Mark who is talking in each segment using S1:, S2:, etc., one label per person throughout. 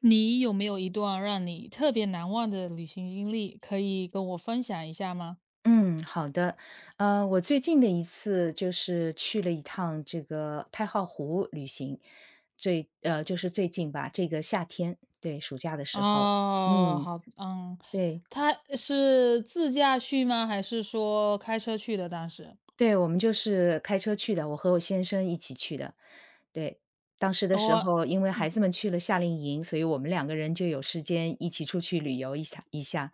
S1: 你有没有一段让你特别难忘的旅行经历，可以跟我分享一下吗？
S2: 嗯，好的。我最近的一次就是去了一趟这个太浩湖旅行，就是最近吧，这个夏天，对，暑假的时候。
S1: 哦，
S2: 嗯，
S1: 好，嗯，
S2: 对。
S1: 他是自驾去吗？还是说开车去的？当时，
S2: 对，我们就是开车去的，我和我先生一起去的。对，当时的时
S1: 哦，
S2: 候，因为孩子们去了夏令营，所以我们两个人就有时间一起出去旅游一下。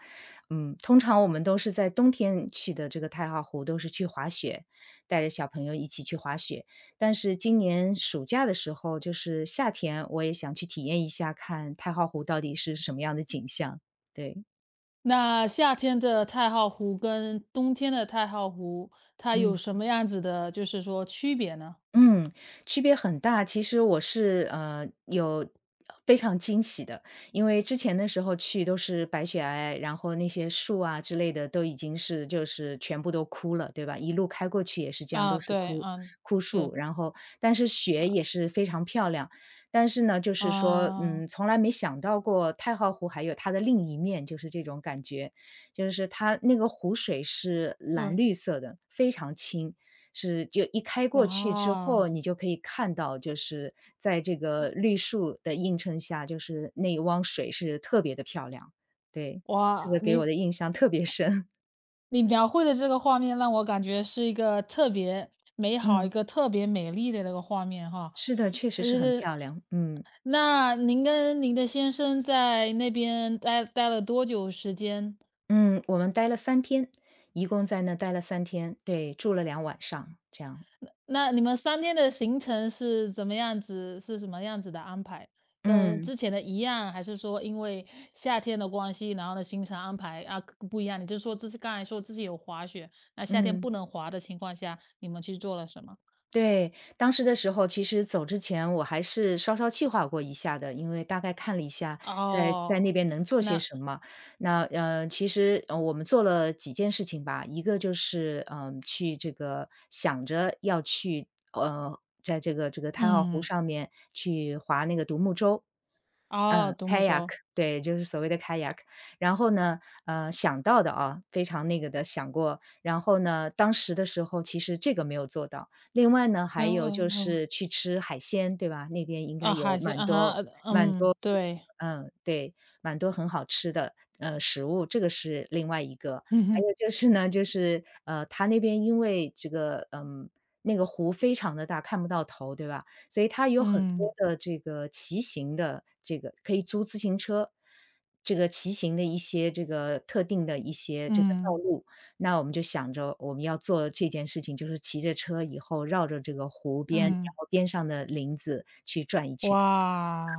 S2: 嗯，通常我们都是在冬天去的这个太浩湖，都是去滑雪，带着小朋友一起去滑雪。但是今年暑假的时候，就是夏天，我也想去体验一下，看太浩湖到底是什么样的景象。对，
S1: 那夏天的太浩湖跟冬天的太浩湖，它有
S2: 嗯。
S1: 什么样子的，就是说区别呢？
S2: 嗯，区别很大。其实我是有非常惊喜的，因为之前的时候去都是白雪皑皑，然后那些树啊之类的都已经是就是全部都枯了，对吧？一路开过去也是这样，都
S1: 啊，
S2: 是
S1: 对，
S2: 枯
S1: 嗯，
S2: 枯
S1: 是，
S2: 树。然后但是雪也是非常漂亮，但是呢，就是说
S1: 啊，
S2: 从来没想到过太浩湖还有它的另一面，就是这种感觉，就是它那个湖水是蓝
S1: 对，
S2: 绿色的，非常清。是就一开过去之后，
S1: 啊，
S2: 你就可以看到，就是在这个绿树的映衬下，就是那一汪水是特别的漂亮。对，这个
S1: 哇，
S2: 给我
S1: 你
S2: 的印象特别深。
S1: 你描绘的这个画面让我感觉是一个特别美好、一
S2: 嗯，
S1: 个特别美丽的那个画面哈，
S2: 是的，确实
S1: 就
S2: 是很
S1: 是
S2: 漂亮。嗯，
S1: 那您跟您的先生在那边待了多久时间？
S2: 嗯，我们待了三天，一共在那待了三天，对，住了2晚上，这样。
S1: 那你们三天的行程是怎么样子是什么样子的安排？跟
S2: 嗯，
S1: 之前的一样，还是说因为夏天的关系，然后呢行程安排啊不一样？你就说这是刚才说自己有滑雪，那夏天
S2: 嗯。
S1: 不能滑的情况下，你们去做了什么？
S2: 对，当时的时候，其实走之前我还是稍稍计划过一下的，因为大概看了一下在
S1: 哦，
S2: 那边能做些
S1: 那
S2: 什么。那，其实我们做了几件事情吧，一个就是去这个想着要去在这个太浩湖
S1: 嗯，
S2: 上面去划那个独木舟，
S1: 哦，
S2: 嗯
S1: 独木
S2: ，kayak，
S1: 舟，
S2: 对，就是所谓的 kayak。然后呢，想到的啊，非常那个的想过，然后呢，当时的时候其实这个没有做到。另外呢，
S1: 哎
S2: 还
S1: 有
S2: 有就
S1: 我
S2: 是去吃海鲜，对吧？那边应该
S1: 啊，
S2: 有
S1: 海鲜，
S2: 蛮
S1: 啊哈，
S2: 多蛮
S1: 嗯，
S2: 多
S1: 对，
S2: 嗯，对，蛮多很好吃的，食物，这个是另外一个。还有 就是呢，就是，他那边因为这个，那个湖非常的大，看不到头，对吧？所以它有很多
S1: 嗯
S2: 的这个骑行的这个可以租自行车，这个骑行的一些这个特定的一些这个道
S1: 嗯
S2: 路。那我们就想着我们要做这件事情，就是骑着车以后绕着这个湖边，然
S1: 嗯，
S2: 后边上的林子去转一圈，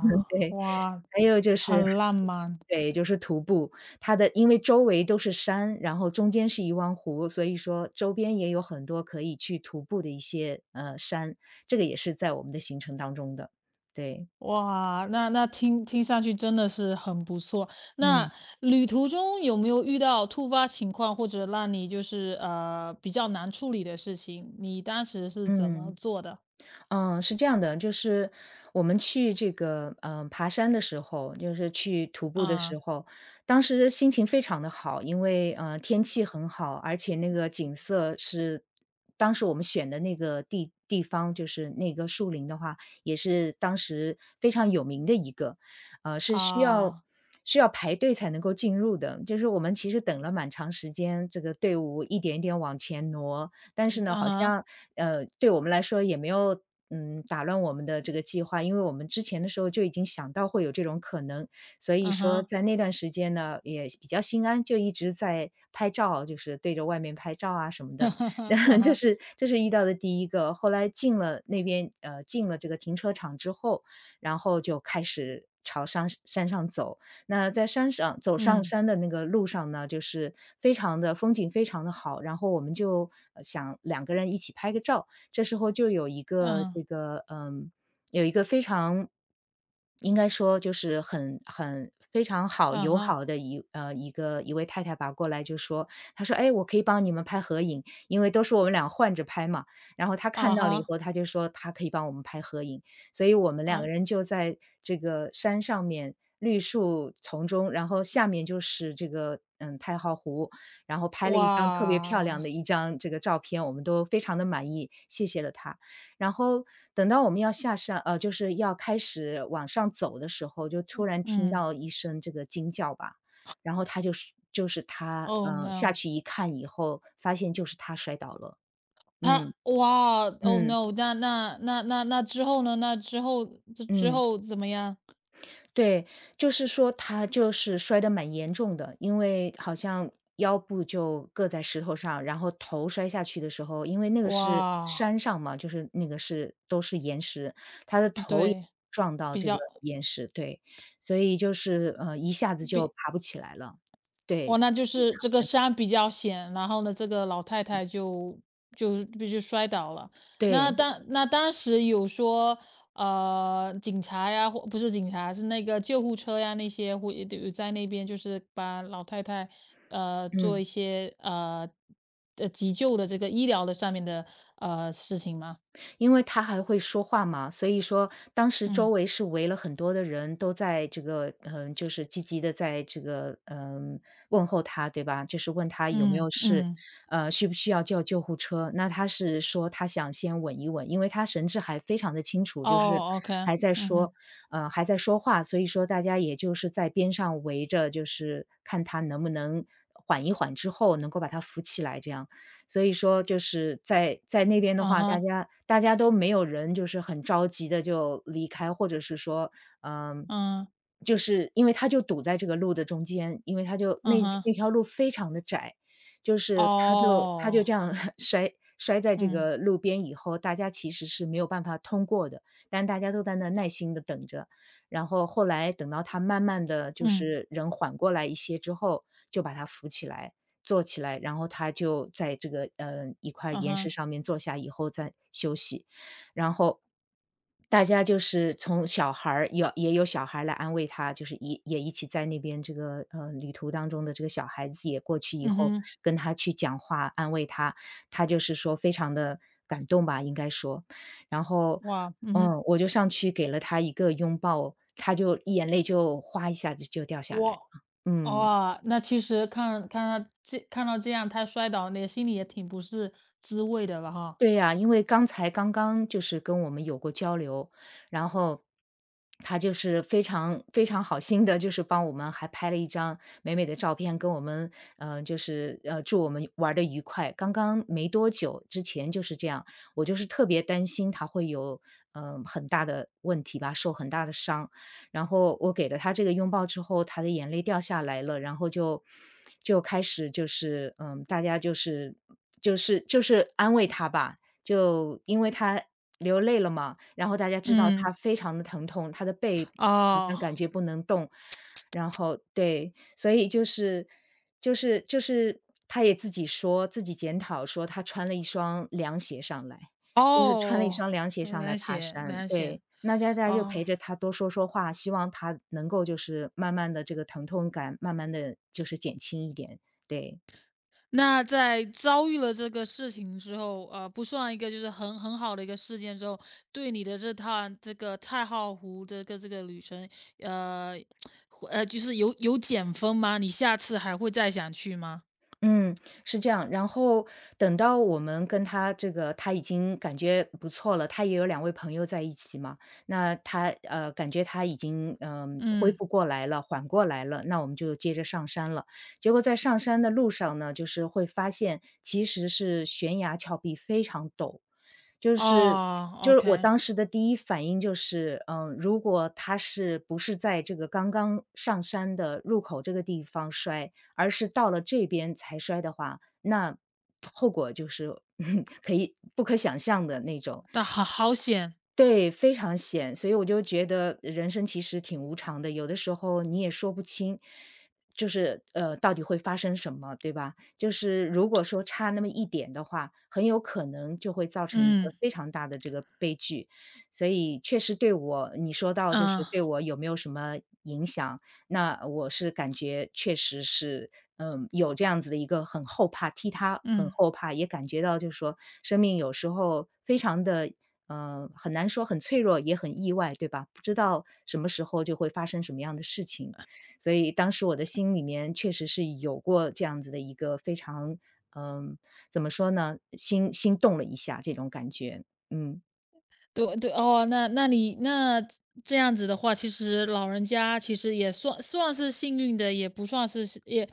S2: 对。
S1: 哇，
S2: 还有就是
S1: 很浪漫，
S2: 对，就是徒步，它的因为周围都是山，然后中间是一湾湖，所以说周边也有很多可以去徒步的一些，山，这个也是在我们的行程当中的，对，
S1: 哇，那听上去真的是很不错。
S2: 嗯，
S1: 那旅途中有没有遇到突发情况，或者让你就是比较难处理的事情？你当时是怎么
S2: 嗯。
S1: 做的？
S2: 嗯，是这样的，就是我们去这个爬山的时候，就是去徒步的时
S1: 啊
S2: 候，当时心情非常的好，因为天气很好，而且那个景色是当时我们选的那个地方，就是那个树林的话，也是当时非常有名的一个，呃是需要。
S1: 啊，
S2: 需要排队才能够进入的，就是我们其实等了蛮长时间，这个队伍一点一点往前挪，但是
S1: 嗯
S2: 呢，
S1: 啊
S2: 好
S1: 哈，
S2: 像，对我们来说也没有，打乱我们的这个计划，因为我们之前的时候就已经想到会有这种可能。所以
S1: 嗯
S2: 说
S1: 哼。
S2: 在那段时间呢，也比较心安，就一直在拍照，就是对着外面拍照啊什么的。
S1: 啊
S2: 这
S1: 哈，
S2: 是这是遇到的第一个，后来进了这个停车场之后，然后就开始朝山上走。那在山上走上
S1: 嗯，
S2: 山的那个路上呢，就是非常的风景非常的好，然后我们就想两个人一起拍个照。这时候就有一个
S1: 嗯，
S2: 这个嗯，有一个非常应该说就是很非常好
S1: 啊
S2: 友
S1: 哈，
S2: 好的一位太太吧，过来就说，她说：“哎，我可以帮你们拍合影，因为都是我们俩换着拍嘛。”然后她看
S1: 啊
S2: 到了以
S1: 哈，
S2: 后，她就说她可以帮我们拍合影，所以我们两个
S1: 啊，
S2: 人就在这个山上面绿树丛中，然后下面就是这个，太浩湖，然后拍了一张特别漂亮的
S1: 哇，
S2: 一张这个照片，我们都非常的满意，谢谢了他。然后等到我们要就是要开始往上走的时候，就突然听
S1: 嗯
S2: 到一声这个惊叫吧，然后他就是就是他，
S1: ，Oh
S2: 下
S1: no，
S2: 去一看以后，发现就是他摔倒了，
S1: 他
S2: 嗯，
S1: 哇，Oh
S2: 嗯，
S1: no，那之后呢？那之后
S2: 嗯。
S1: 怎么样？
S2: 对，就是说他就是摔得蛮严重的，因为好像腰部就硌在石头上，然后头摔下去的时候，因为那个是
S1: 哇，
S2: 山上嘛，就是那个是都是岩石，他头也
S1: 对，
S2: 撞到
S1: 比
S2: 这个
S1: 较
S2: 岩石，对，所以就是一下子就
S1: 比
S2: 爬不起来了。
S1: 哇，
S2: 对
S1: 那就是这个山比较险，然后呢，这个老太太就摔倒了。
S2: 对，
S1: 那当时有说，警察呀，或不是警察，是那个救护车呀，那些会有在那边，就是把老太太，做
S2: 嗯。
S1: 一些急救的这个医疗的上面的事情吗？
S2: 因为他还会说话嘛，所以说当时周
S1: 嗯
S2: 围是围了很多的人都在这个，就是积极的在这个，问候他，对吧？就是问他有没
S1: 嗯
S2: 有事，
S1: 嗯，
S2: 需不需要叫救护车。那他是说他想先稳一稳，因为他神志还非常的清楚，就是
S1: 哦，OK，
S2: 还在
S1: 嗯
S2: 说
S1: 哼，
S2: 还在说话，所以说大家也就是在边上围着，就是看他能不能缓一缓之后能够把他扶起来这样。所以说就是在那边的
S1: 嗯
S2: 话，大
S1: 哼，
S2: 家大家都没有人就是很着急的就离开，或者是说，嗯，
S1: 嗯
S2: 就是因为他就堵在这个路的中间，因为他就
S1: 嗯
S2: 那
S1: 哼，
S2: 那条路非常的窄，就是他就
S1: 哦，
S2: 这样 摔在这
S1: 嗯
S2: 个路边以后，大家其实是没有办法通过的，但大家都在那耐心的等着。然后后来等到他慢慢的就
S1: 嗯，
S2: 是人缓过来一些之后，就把他扶起来。坐起来，然后他就在这个，一块
S1: 嗯
S2: 岩石
S1: 哼。
S2: 上面坐下以后再休息。然后大家就是从小孩儿有也有小孩来安慰他，就是也一起在那边这个，旅途当中的这个小孩子也过去以
S1: 嗯
S2: 后
S1: 哼，
S2: 跟他去讲话安慰他，他就是说非常的感动吧，应该说。然后，
S1: 哇，嗯哼，
S2: 我就上去给了他一个拥抱，他就眼泪就哗一下子就掉下来
S1: 我
S2: 了，嗯。
S1: 哇，那其实看到这样他摔倒，你心里也挺不是滋味的了哈。
S2: 对呀，因为刚刚就是跟我们有过交流，然后他就是非常非常好心的，就是帮我们还拍了一张美美的照片，跟我们就是祝我们玩的愉快。刚刚没多久之前就是这样，我就是特别担心他会有很大的问题吧，受很大的伤。然后我给了他这个拥抱之后，他的眼泪掉下来了，然后就开始就是，大家就是就是就是安慰他吧，就因为他流泪了嘛，然后大家知道他
S1: 嗯，
S2: 非常的疼痛，他的背好像
S1: 哦，
S2: 感觉不能动，然后对，所以就是就是就是他也自己说，自己检讨说他穿了一双凉鞋上来。就是穿了一
S1: 哦，
S2: 双凉鞋上来
S1: 凉
S2: 爬
S1: 解
S2: 山，
S1: 凉
S2: 对，
S1: 解，
S2: 那大家就
S1: 哦，
S2: 陪着他多说说话，希望他能够慢慢的这个疼痛感慢慢的减轻一点，对。
S1: 那在遭遇了这个事情之后，不算一个就是很好的一个事件之后，对你的这趟这个太浩湖这个旅程，呃，就是有减分吗？你下次还会再想去吗？
S2: 嗯，是这样。然后等到我们跟他他已经感觉不错了，他也有两位朋友在一起嘛，那他，感觉他已经，恢
S1: 嗯。
S2: 复过来了，缓过来了，那我们就接着上山了。结果在上山的路上呢，就是会发现其实是悬崖峭壁非常陡，就是
S1: 哦
S2: 我
S1: ，OK，
S2: 当时的第一反应就是，如果他是不是在这个刚刚上山的入口这个地方摔，而是到了这边才摔的话，那后果就是 可以不可想象的那种。
S1: 但好好险，
S2: 对，非常险，所以我就觉得人生其实挺无常的，有的时候你也说不清，到底会发生什么，对吧？如果说差那么一点的话，很有可能就会造成一个
S1: 嗯，
S2: 非常大的这个悲剧。所以确实对我，你说到就
S1: 嗯，
S2: 是对我有没有什么影响，那我是感觉确实是有这样子的一个很后怕，替他很
S1: 嗯，
S2: 后怕，也感觉到就是说生命有时候非常的，很难说很脆弱，也很意外，对吧？不知道什么时候就会发生什么样的事情。所以当时我的心里面确实是有过这样子的一个非常嗯，怎么说呢，心动了一下这种感觉。嗯，
S1: 对对，哦，那你这样子的话，其实老人家其实也算是幸运的，也不算是也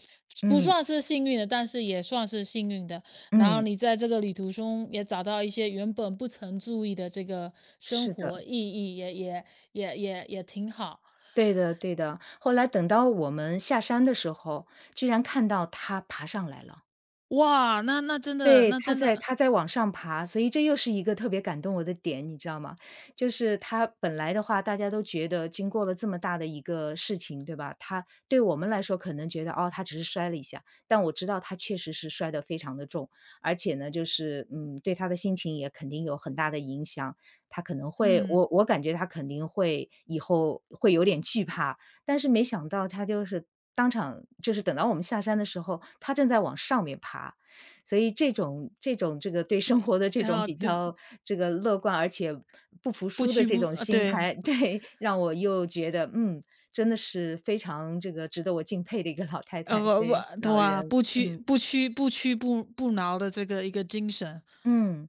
S1: 不
S2: 嗯，
S1: 算是幸运的，但是也算是幸运的。然后
S2: 嗯，
S1: 你在这个旅途中也找到一些原本不曾注意的这个生
S2: 是的，
S1: 活意义，也挺好。
S2: 对的。后来等到我们下山的时候，居然看到他爬上来了。
S1: 哇，那那真的
S2: 对，
S1: 那真的，
S2: 他在往上爬，所以这又是一个特别感动我的点，你知道吗？就是他本来的话，大家都觉得经过了这么大的一个事情，对吧？他对我们来说可能觉得哦，他只是摔了一下，但我知道他确实是摔得非常的重，而且呢，对他的心情也肯定有很大的影响。他可能会，
S1: 嗯，
S2: 我感觉他肯定会以后会有点惧怕，但是没想到他就是当场就是等到我们下山的时候，他正在往上面爬，所以这个对生活的这
S1: 然
S2: 种
S1: 后
S2: 比
S1: 对，
S2: 较这个乐观，而且不服
S1: 不
S2: 输的
S1: 屈
S2: 这
S1: 不
S2: 种
S1: 呃，
S2: 心
S1: 对，
S2: 态，对，让我又觉得，真的是非常这个值得我敬佩的一个老太太，
S1: 我
S2: 对，
S1: 对
S2: 老
S1: 啊，
S2: 人，
S1: 不屈
S2: 嗯，
S1: 不屈不屈不不挠的这个一个精神。
S2: 嗯。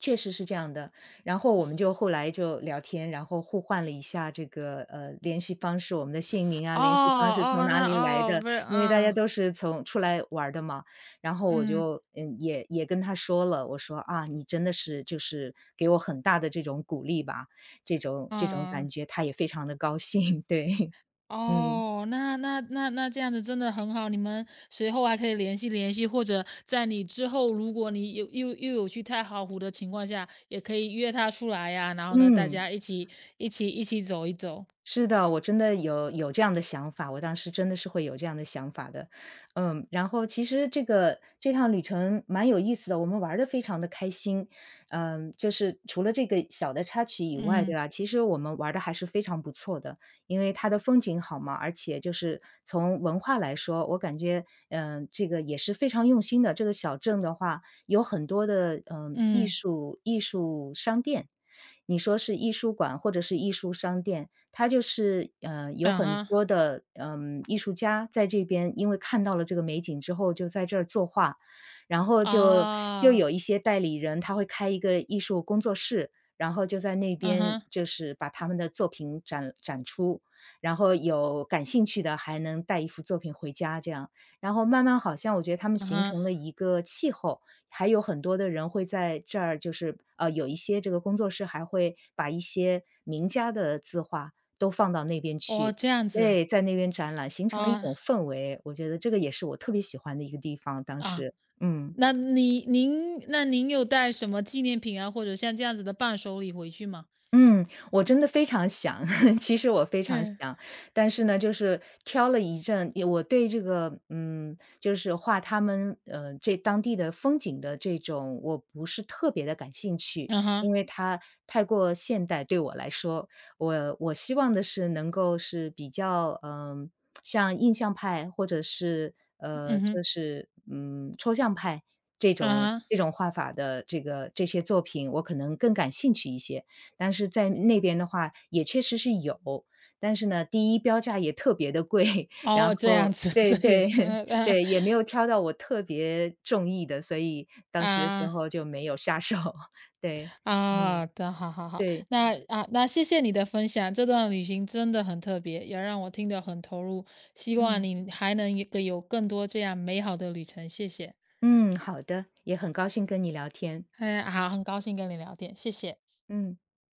S2: 确实是这样的。然后我们就后来就聊天，然后互换了一下这个，联系方式，我们的姓名啊，
S1: 哦
S2: 联系方式从
S1: 哦，
S2: 哪
S1: 那
S2: 里来
S1: 哦，
S2: 的，
S1: 不是
S2: 因为大家
S1: 啊，
S2: 都是从出来玩儿的嘛。然后我
S1: 嗯
S2: 就，也跟他说了，我说："啊，你真的是就是给我很大的这种鼓励吧，这种感
S1: 嗯，
S2: 觉。"他也非常的高兴，对，嗯，
S1: 哦，那这样子真的很好，你们随后还可以联系联系，或者在你之后，如果你有又有去太好湖的情况下，也可以约他出来呀、然后呢，大
S2: 嗯。
S1: 家一起走一走。
S2: 是的，我真的有这样的想法，我当时真的是会有这样的想法的。嗯，然后其实这个这趟旅程蛮有意思的，我们玩的非常的开心。嗯，就是除了这个小的插曲以外，对
S1: 嗯
S2: 吧，其实我们玩的还是非常不错的。因为它的风景好嘛，而且就是从文化来说，我感觉，这个也是非常用心的。这个小镇的话，有很多的，
S1: 嗯，
S2: 艺术商店，你说是艺术馆或者是艺术商店，他就是，有
S1: 嗯
S2: 很
S1: 哼，
S2: 多的，艺术家在这边因为看到了这个美景之后，就在这儿作画。然后就
S1: 啊，
S2: 有一些代理人，他会开一个艺术工作室，然后就在那
S1: 嗯
S2: 边
S1: 哼，
S2: 就是把他们的作品展出，然后有感兴趣的还能带一幅作品回家这样。然后慢慢好像我觉得他们
S1: 嗯
S2: 形
S1: 哼，
S2: 成了一个气候，还有很多的人会在这儿就是，有一些这个工作室还会把一些名家的字画都放到那边
S1: 哦，
S2: 去。
S1: 这样子。
S2: 对，在那边展览，形成了一
S1: 啊，
S2: 种氛围，我觉得这个也是我特别喜欢的一个地方，当
S1: 啊，
S2: 时，嗯。
S1: 那您有带什么纪念品啊，或者像这样子的伴手礼回去吗？
S2: 嗯，我真的非常想，其实我非常
S1: 嗯。
S2: 想，但是呢，就是挑了一阵，也我对这个，就是画他们，这当地的风景的这种，我不是特别的感兴趣，
S1: 嗯
S2: 因
S1: 哼，
S2: 为它太过现代对我来说，我希望的是能够是比较，像印象派或者是，
S1: 嗯哼，
S2: 抽象派
S1: 啊哈
S2: 这种画法的这个这些作品，我可能更感兴趣一些。但是在那边的话也确实是有，但是呢，第一标价也特别的贵，然
S1: 哦，这样
S2: 后
S1: 子，这也
S2: 对，
S1: 是，啊
S2: 对，也没有挑到我特别中意的，所以当时的时
S1: 啊
S2: 候就没有下手，对，
S1: 啊，
S2: 嗯，
S1: 的，好好好，
S2: 对，
S1: 那啊，那谢谢你的分享，这段旅行真的很特别，也让我听得很投入，希望
S2: 嗯，
S1: 你还能有更多这样美好的旅程，谢谢。
S2: 嗯，好的，也很高兴跟你聊天，
S1: 哎，好，很高兴跟你聊天，谢谢。
S2: 嗯。